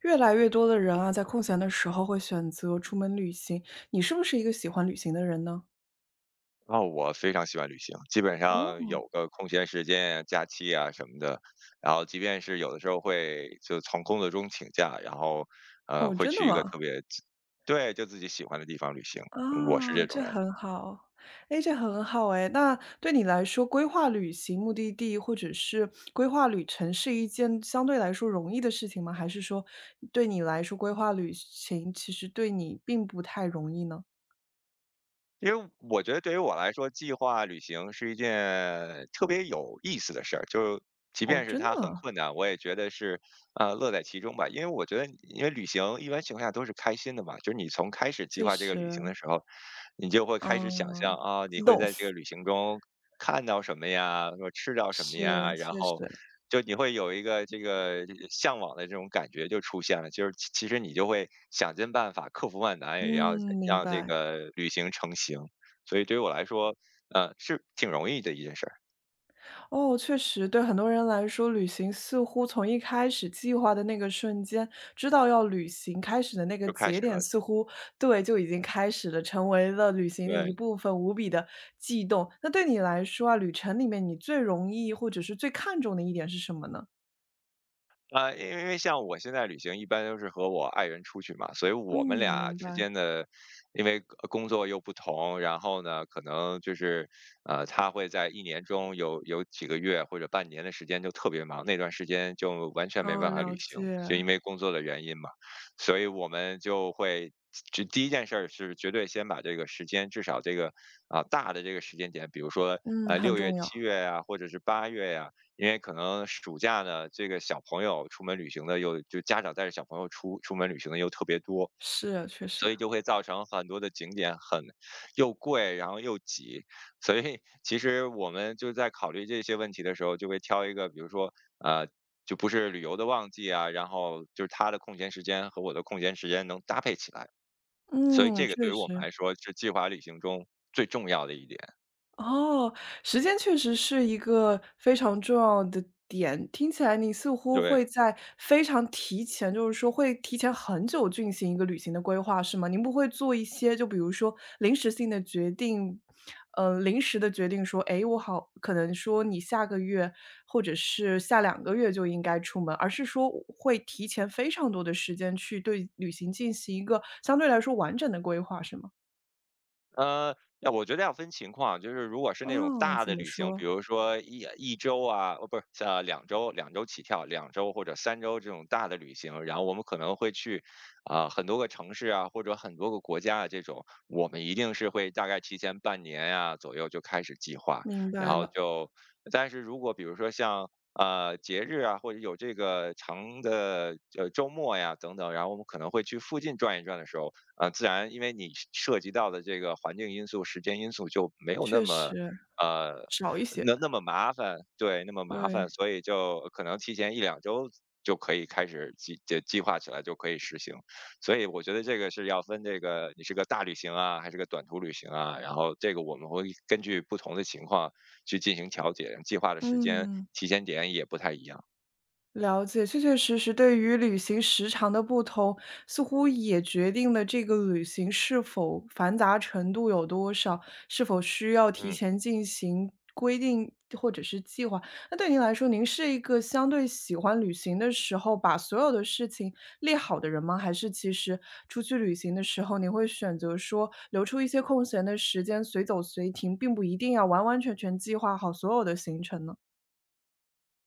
越来越多的人啊，在空闲的时候会选择出门旅行。你是不是一个喜欢旅行的人呢？哦，我非常喜欢旅行，基本上哦有个空闲时间啊、假期啊什么的，然后即便是有的时候会就从工作中请假，然后哦，会真的去一个吗？特别自，对，就自己喜欢的地方旅行，我是啊，这种这人。很好，哎，这很好哎。那对你来说，规划旅行目的地或者是规划旅程是一件相对来说容易的事情吗？还是说对你来说，规划旅行其实对你并不太容易呢？因为我觉得对于我来说，计划旅行是一件特别有意思的事儿，就即哦，便是真它的很啊，困难，我也觉得是乐在其中吧。因为我觉得，因为旅行一般情况下都是开心的嘛，就是你从开始计确划这个旅行实，的时候，你就会开始想象嗯，啊，你激会动，在这个旅行中看到什么呀，说吃到什么是，呀，然确后实，就你会有一个这个向往的这种感觉就出现了，就是其实你就会想尽办法克服万难，也要嗯，明让这白。个旅行成行。所以对于我来说，呃，是挺容易的一件事儿，哦，确实，对很多人来说，旅行似乎从一开始计划的那个瞬间，知道要旅行开始的那个就开节始点，了。似乎对就已经开始了，成为了旅行的一对。部分，无比的悸动。那对你来说啊，旅程里面你最容易或者是最看重的一点是什么呢？呃，因为因为像我现在旅行一般都是和我爱人出去嘛，所以我们嗯，俩明之间白，的，因为工作又不同，然后呢，可能就是，呃，他会在一年中有几个月或者半年的时间就特别忙，那段时间就完全没哦，办法了旅行，解，就因为工作的原因嘛，所以我们就会。这第一件事儿是绝对先把这个时间，至少这个啊、大的这个时间点，比如说嗯，很六月、重要，七月呀、或者是八月呀、因为可能暑假呢，这个小朋友出门旅行的又就家长带着小朋友出门旅行的又特别多，是，确所实，以就会造成很多的景点很又贵，然后又挤。所以其实我们就在考虑这些问题的时候，就会挑一个，比如说呃，就不是旅游的旺季啊，然后就是他的空闲时间和我的空闲时间能搭配起来。所以嗯，这个对确于我们实。来说是计划旅行中最重要的一点，哦，时间确实是一个非常重要的点。听起来你似乎对。会在非常提前，就是说会提前很久进行一个旅行的规划，是吗？您不会做一些就比如说临时性的决定，临时的决定说，诶，我好，可能说你下个月或者是下两个月就应该出门，而是说会提前非常多的时间去对旅行进行一个相对来说完整的规划，是吗？呃，那我觉得要分情况，就是如果是那种哦，大怎的么旅行，比说？如说一周啊，哦，不是，呃，两周，两周起跳，两周或者三周这种大的旅行，然后我们可能会去啊、很多个城市啊，或者很多个国家啊，这种我们一定是会大概提前半年呀、左右就开始计划，明然白后了。就，但是如果比如说像节日啊，或者有这个长的周末呀等等，然后我们可能会去附近转一转的时候。呃，自然因为你涉及到的这个环境因素、时间因素就没有那确么，实，呃，少一些，那么麻烦，对，那么麻烦，对，所以就可能提前一两周就可以开始计划起来，就可以实行。所以我觉得这个是要分这个你是个大旅行啊，还是个短途旅行啊，然后这个我们会根据不同的情况去进行调节，计划的时间、嗯。提前点也不太一样，了解，确确实实对于旅行时长的不同，似乎也决定了这个旅行是否繁杂程度有多少，是否需要提嗯。前进行规定或者是计划。那对您来说，您是一个相对喜欢旅行的时候把所有的事情列好的人吗？还是其实出去旅行的时候，您会选择说留出一些空闲的时间，随走随停，并不一定要完完全全计划好所有的行程呢？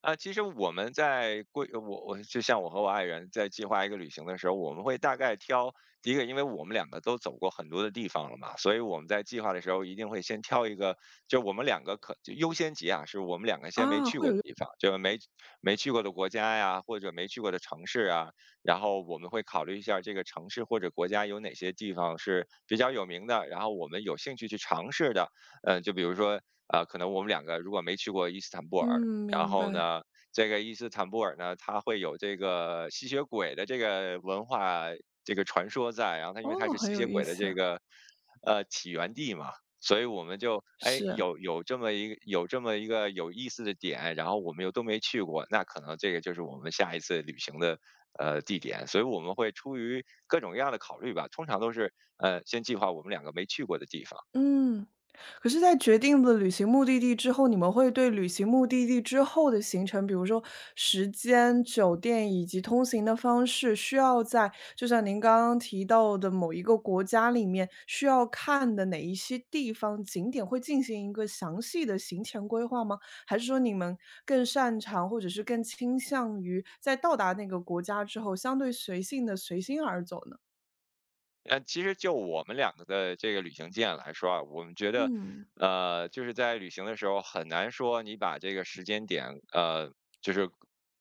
啊，其实我们在规我我就像我和我爱人在计划一个旅行的时候，我们会大概挑第一个，因为我们两个都走过很多的地方了嘛，所以我们在计划的时候一定会先挑一个，就我们两个可就优先级啊，是我们两个先没啊，去会过的有，地方，就没去过的国家呀，或者没去过的城市啊，然后我们会考虑一下这个城市或者国家有哪些地方是比较有名的，然后我们有兴趣去尝试的，嗯、就比如说。呃，可能我们两个如果没去过伊斯坦布尔，嗯，然明后白。呢，这个伊斯坦布尔呢，它会有这个吸血鬼的这个文化这个传说在，然后它因为它哦，是很吸血有意鬼的这思，个起源地嘛，所以我们就哎是，有这么一个有这么一个有意思的点，然后我们又都没去过，那可能这个就是我们下一次旅行的地点，所以我们会出于各种各样的考虑吧，通常都是先计划我们两个没去过的地方。嗯。可是在决定了旅行目的地之后，你们会对旅行目的地之后的行程，比如说时间、酒店以及通行的方式，需要在就像您刚刚提到的某一个国家里面，需要看的哪一些地方景点，会进行一个详细的行前规划吗？还是说你们更擅长，或者是更倾向于在到达那个国家之后，相对随性的随心而走呢？呃，其实就我们两个的这个旅行经验来说啊，我们觉得，嗯。呃，就是在旅行的时候很难说你把这个时间点，呃，就是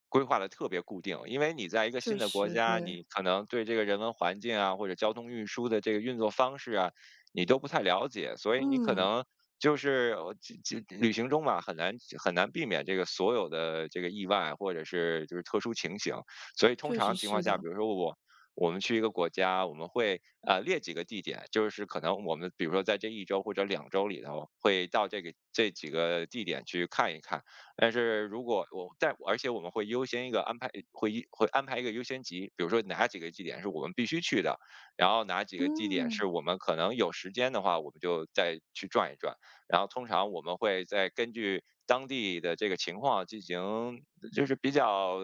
规划的特别固定，因为你在一个新确的国实，家，对，你可能对这个人文环境啊，或者交通运输的这个运作方式啊，你都不太了解，所以你可嗯，能就是这旅行中嘛，很难很难避免这个所有的这个意外或者是就是特殊情形，所以通确常实情况是下，比的，如说我们去一个国家，我们会列几个地点，就是可能我们比如说在这一周或者两周里头，会到这几个地点去看一看。但是如果我在，而且我们会优先一个安排，会安排一个优先级，比如说哪几个地点是我们必须去的，然后哪几个地点是嗯，我们可能有时间的话，我们就再去转一转。然后通常我们会再根据当地的这个情况进行，就是比较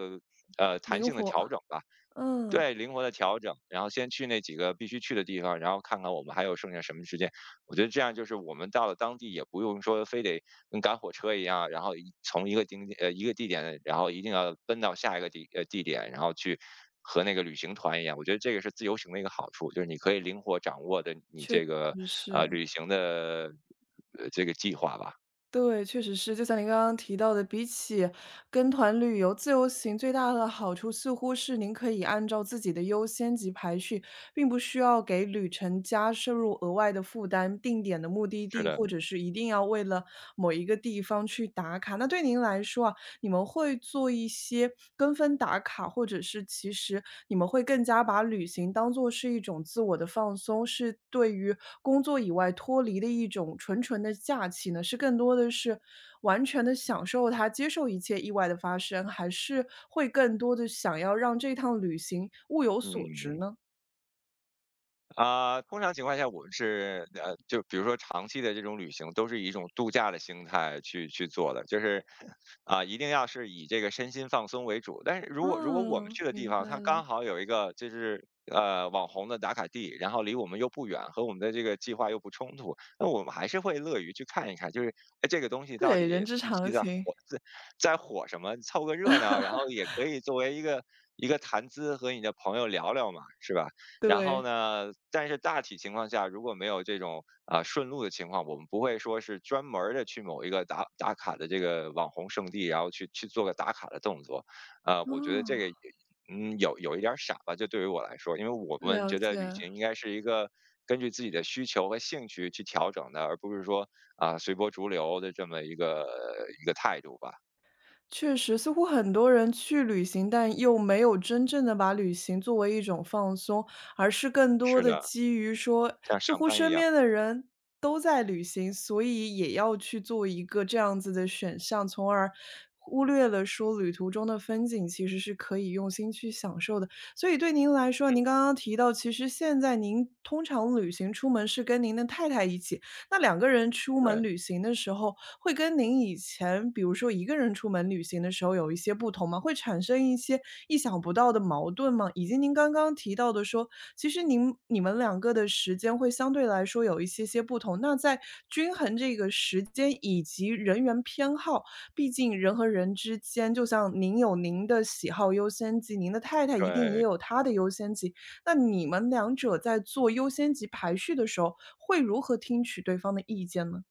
弹灵性的活，调整吧。嗯，对，灵活的调整，然后先去那几个必须去的地方，然后看看我们还有剩下什么时间。我觉得这样就是我们到了当地也不用说非得跟赶火车一样，然后一从一个，一个地点，然后一定要奔到下一个，地点，然后去和那个旅行团一样。我觉得这个是自由行的一个好处，就是你可以灵活掌握的你这个，确实呃，是，旅行的，呃，这个计划吧。对，确实是，就像您刚刚提到的，比起跟团旅游，自由行最大的好处似乎是您可以按照自己的优先级排序，并不需要给旅程加摄入额外的负担，定点的目的是地，的，或者是一定要为了某一个地方去打卡。那对您来说啊，你们会做一些跟风打卡，或者是其实你们会更加把旅行当做是一种自我的放松，是对于工作以外脱离的一种纯纯的假期呢？是更多的是完全的享受它，接受一切意外的发生，还是会更多的想要让这趟旅行物有所值嗯。呢？啊，通常情况下，我们是呃，就比如说长期的这种旅行，都是以一种度假的心态去做的，就是啊、一定要是以这个身心放松为主。但是如果我们嗯，去的地明方，白它了。刚好有一个就是网红的打卡地，然后离我们又不远，和我们的这个计划又不冲突，那我们还是会乐于去看一看，就是哎这个东西到对，人底之近期常情，在火什么，凑个热闹，然后也可以作为一个谈资和你的朋友聊聊嘛，是吧？然后对，呢，但是大体情况下，如果没有这种啊、顺路的情况，我们不会说是专门的去某一个打卡的这个网红圣地，然后去做个打卡的动作。呃，我觉得这嗯，个也嗯有一点儿傻吧，就对于我来说，因为我们了觉得旅解。行应该是一个根据自己的需求和兴趣去调整的，而不是说啊、随波逐流的这么一个态度吧。确实，似乎很多人去旅行，但又没有真正的把旅行作为一种放松，而是更多是的的，基于说，像似上乎班一身样，边的人都在旅行，所以也要去做一个这样子的选项，从而忽略了说旅途中的风景其实是可以用心去享受的。所以对您来说，您刚刚提到，其实现在您通常旅行出门是跟您的太太一起，那两个人出对门旅行的时候，会跟您以前比如说一个人出门旅行的时候有一些不同吗？会产生一些意想不到的矛盾吗？以及您刚刚提到的说，其实您你们两个的时间会相对来说有一些些不同，那在均衡这个时间以及人员偏好，毕竟人和人之间，就像您有您的喜好优先级，您的太太一定也对，有她的优先级。那你们两者在做优先级排序的时候，会如何听取对方的意见呢？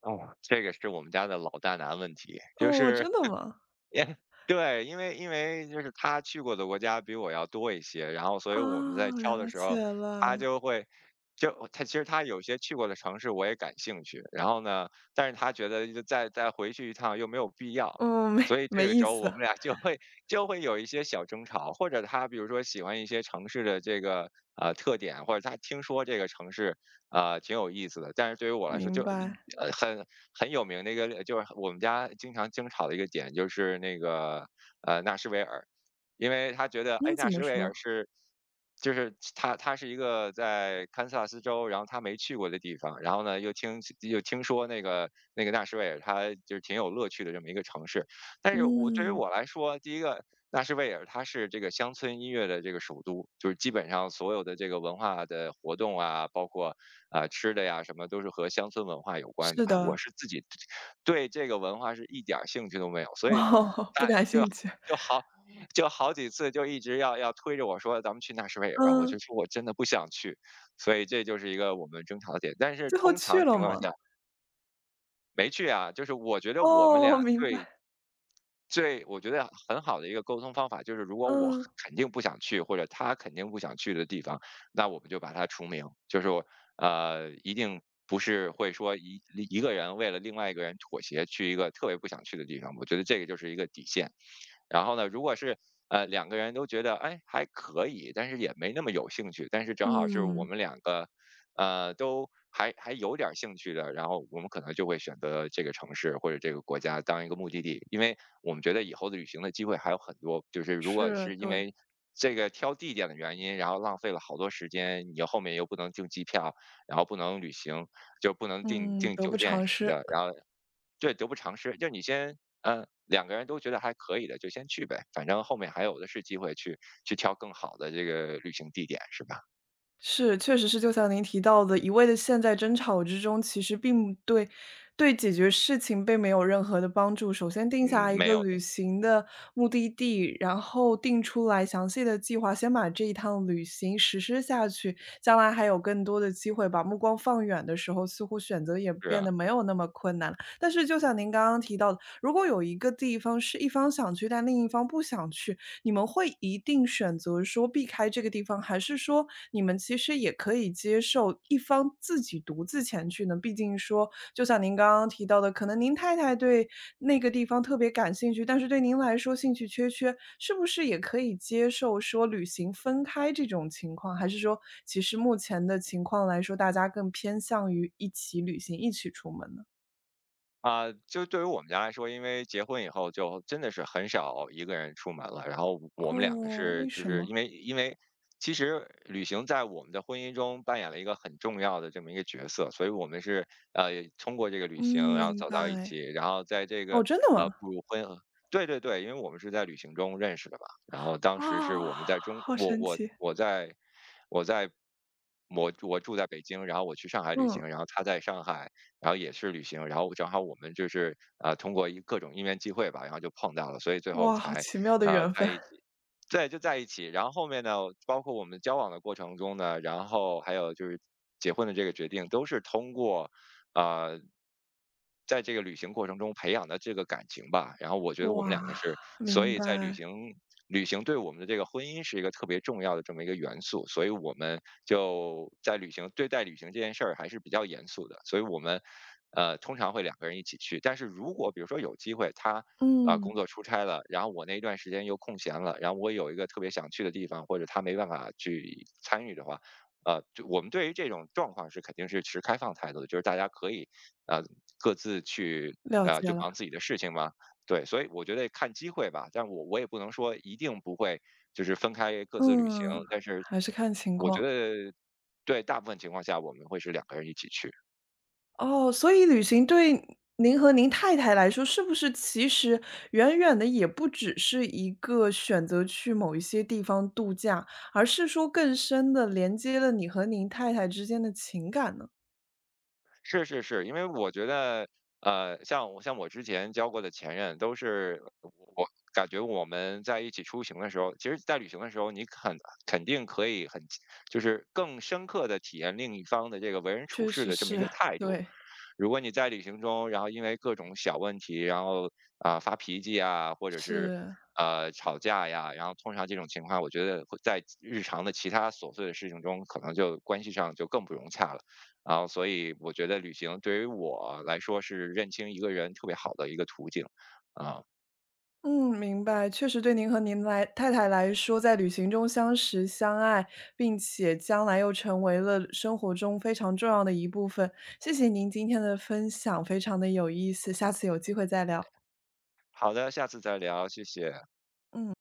哦，这个是我们家的老大难问题，就哦，是真的吗？也 对，因为就是他去过的国家比我要多一些，然后所以啊，我们在挑的了时解候，他了。就会就他其实他有些去过的城市我也感兴趣，然后呢，但是他觉得就再回去一趟又没有必要，嗯，没所以这没个意时候我思，们俩 就会有一些小争吵，或者他比如说喜欢一些城市的这个特点，或者他听说这个城市挺有意思的。但是对于我来说明就白。呃很很有名的一个就是我们家经常争吵的一个点就是那个，纳什维尔。因为他觉得，哎，嗯，怎纳什么维尔说？是就是他他是一个在堪萨斯州，然后他没去过的地方，然后呢，又听说那个纳什维尔，他就是挺有乐趣的这么一个城市。但是我对于嗯，我来说，第一个，纳什维尔它是这个乡村音乐的这个首都，就是基本上所有的这个文化的活动啊，包括啊，吃的呀什么都是和乡村文化有关的。是哎，的。我是自己对这个文化是一点儿兴趣都没有，所以哦，不大感就兴趣。就好就好几次就一直要推着我说咱们去纳什维尔吧，我就嗯，说我真的不想去，所以这就是一个我们争吵的点。但是最后通去常了情况吗？下没去啊，就是我觉得我们俩哦，明对白。最我觉得很好的一个沟通方法，就是如果我嗯，肯定不想去，或者他肯定不想去的地方，那我们就把它除名。就是我呃，一定不是会说一一个人为了另外一个人妥协去一个特别不想去的地方，我觉得这个就是一个底线。然后呢，如果是两个人都觉得哎还可以，但是也没那么有兴趣，但是正好是我嗯，们两个都还有点儿兴趣的，然后我们可能就会选择这个城市或者这个国家当一个目的地，因为我们觉得以后的旅行的机会还有很多。就是如果是，是因对。为这个挑地点的原因，然后浪费了好多时间，你后面又不能订机票，然后不能旅行，就不能订嗯，订得酒不店偿什么失。的，然后对，得不偿失。就你先，嗯，两个人都觉得还可以的，就先去呗，反正后面还有的是机会去挑更好的这个旅行地点，是吧？是，确实是就像您提到的，一味的陷在争吵之中，其实并不对解决事情并没有任何的帮助。首先定嗯，下一没个有旅的，行的目的地，然后定出来详细的计划，先把这一趟旅行实施下去，将来还有更多的机会。把目光放远的时候，似乎选择也是变啊得没有那么困难了。但是就像您刚刚提到的，如果有一个地方是一方想去，但另一方不想去，你们会一定选择说避开这个地方，还是说你们其实也可以接受一方自己独自前去呢？毕竟说，就像您刚刚提到的，可能您太太对那个地方特别感兴趣，但是对您来说兴趣缺缺，是不是也可以接受说旅行分开这种情况？还是说，其实目前的情况来说，大家更偏向于一起旅行、一起出门呢？啊，就对于我们家来说，因为结婚以后就真的是很少一个人出门了。然后我们两个哦，是，为就什是么？因为其实旅行在我们的婚姻中扮演了一个很重要的这么一个角色，所以我们是呃通过这个旅行，嗯，然后明走到一起，白。然后在这个哦，真的吗？步入婚后，对对对，因为我们是在旅行中认识的嘛。然后当时是啊，我们在中，好我神我奇。我在我在我我住在北京，然后我去上海旅嗯。行，然后他在上海。然后也是旅行，然后正好我们就是通过一各种应援际会吧，然后就碰到了，所以最后哇，好才奇妙的缘在分。一 起。对，就在一起。然后后面呢，包括我们交往的过程中呢，然后还有就是结婚的这个决定，都是通过啊、在这个旅行过程中培养的这个感情吧。然后我觉得我们哇，两个是，所明以在旅白。行旅行对我们的这个婚姻是一个特别重要的这么一个元素，所以我们就在旅行对待旅行这件事儿还是比较严肃的，所以我们通常会两个人一起去。但是如果比如说有机会他。啊，嗯。工作出差了，然后我那一段时间又空闲了，然后我有一个特别想去的地方，或者他没办法去参与的话，就我们对于这种状况是肯定是持开放态度的，就是大家可以呃各自去了解就了，忙自己的事情嘛。对，所以我觉得看机会吧，但我也不能说一定不会就是分开各自旅行，嗯，但是还是看情我觉况。得对大部分情况下我们会是两个人一起去。哦，所以旅行对您和您太太来说，是不是其实远远的也不只是一个选择去某一些地方度假，而是说更深的连接了你和您太太之间的情感呢？是是是，因为我觉得，呃，像我之前交过的前任，都是我感觉我们在一起出行的时候，其实在旅行的时候，你肯定可以很，就是更深刻的体验另一方的这个为人处确事实的这么一个是，态度。对，如果你在旅行中，然后因为各种小问题，然后啊、发脾气啊，或者是是。吵架呀，然后通常这种情况，我觉得会在日常的其他琐碎的事情中，可能就关系上就更不融洽了。然后，所以我觉得旅行对于我来说是认清一个人特别好的一个途径啊。嗯，明白。确实对您和您来太太来说，在旅行中相识、相爱，并且将来又成为了生活中非常重要的一部分。谢谢您今天的分享，非常的有意思，下次有机会再聊。好的，下次再聊，谢谢。嗯。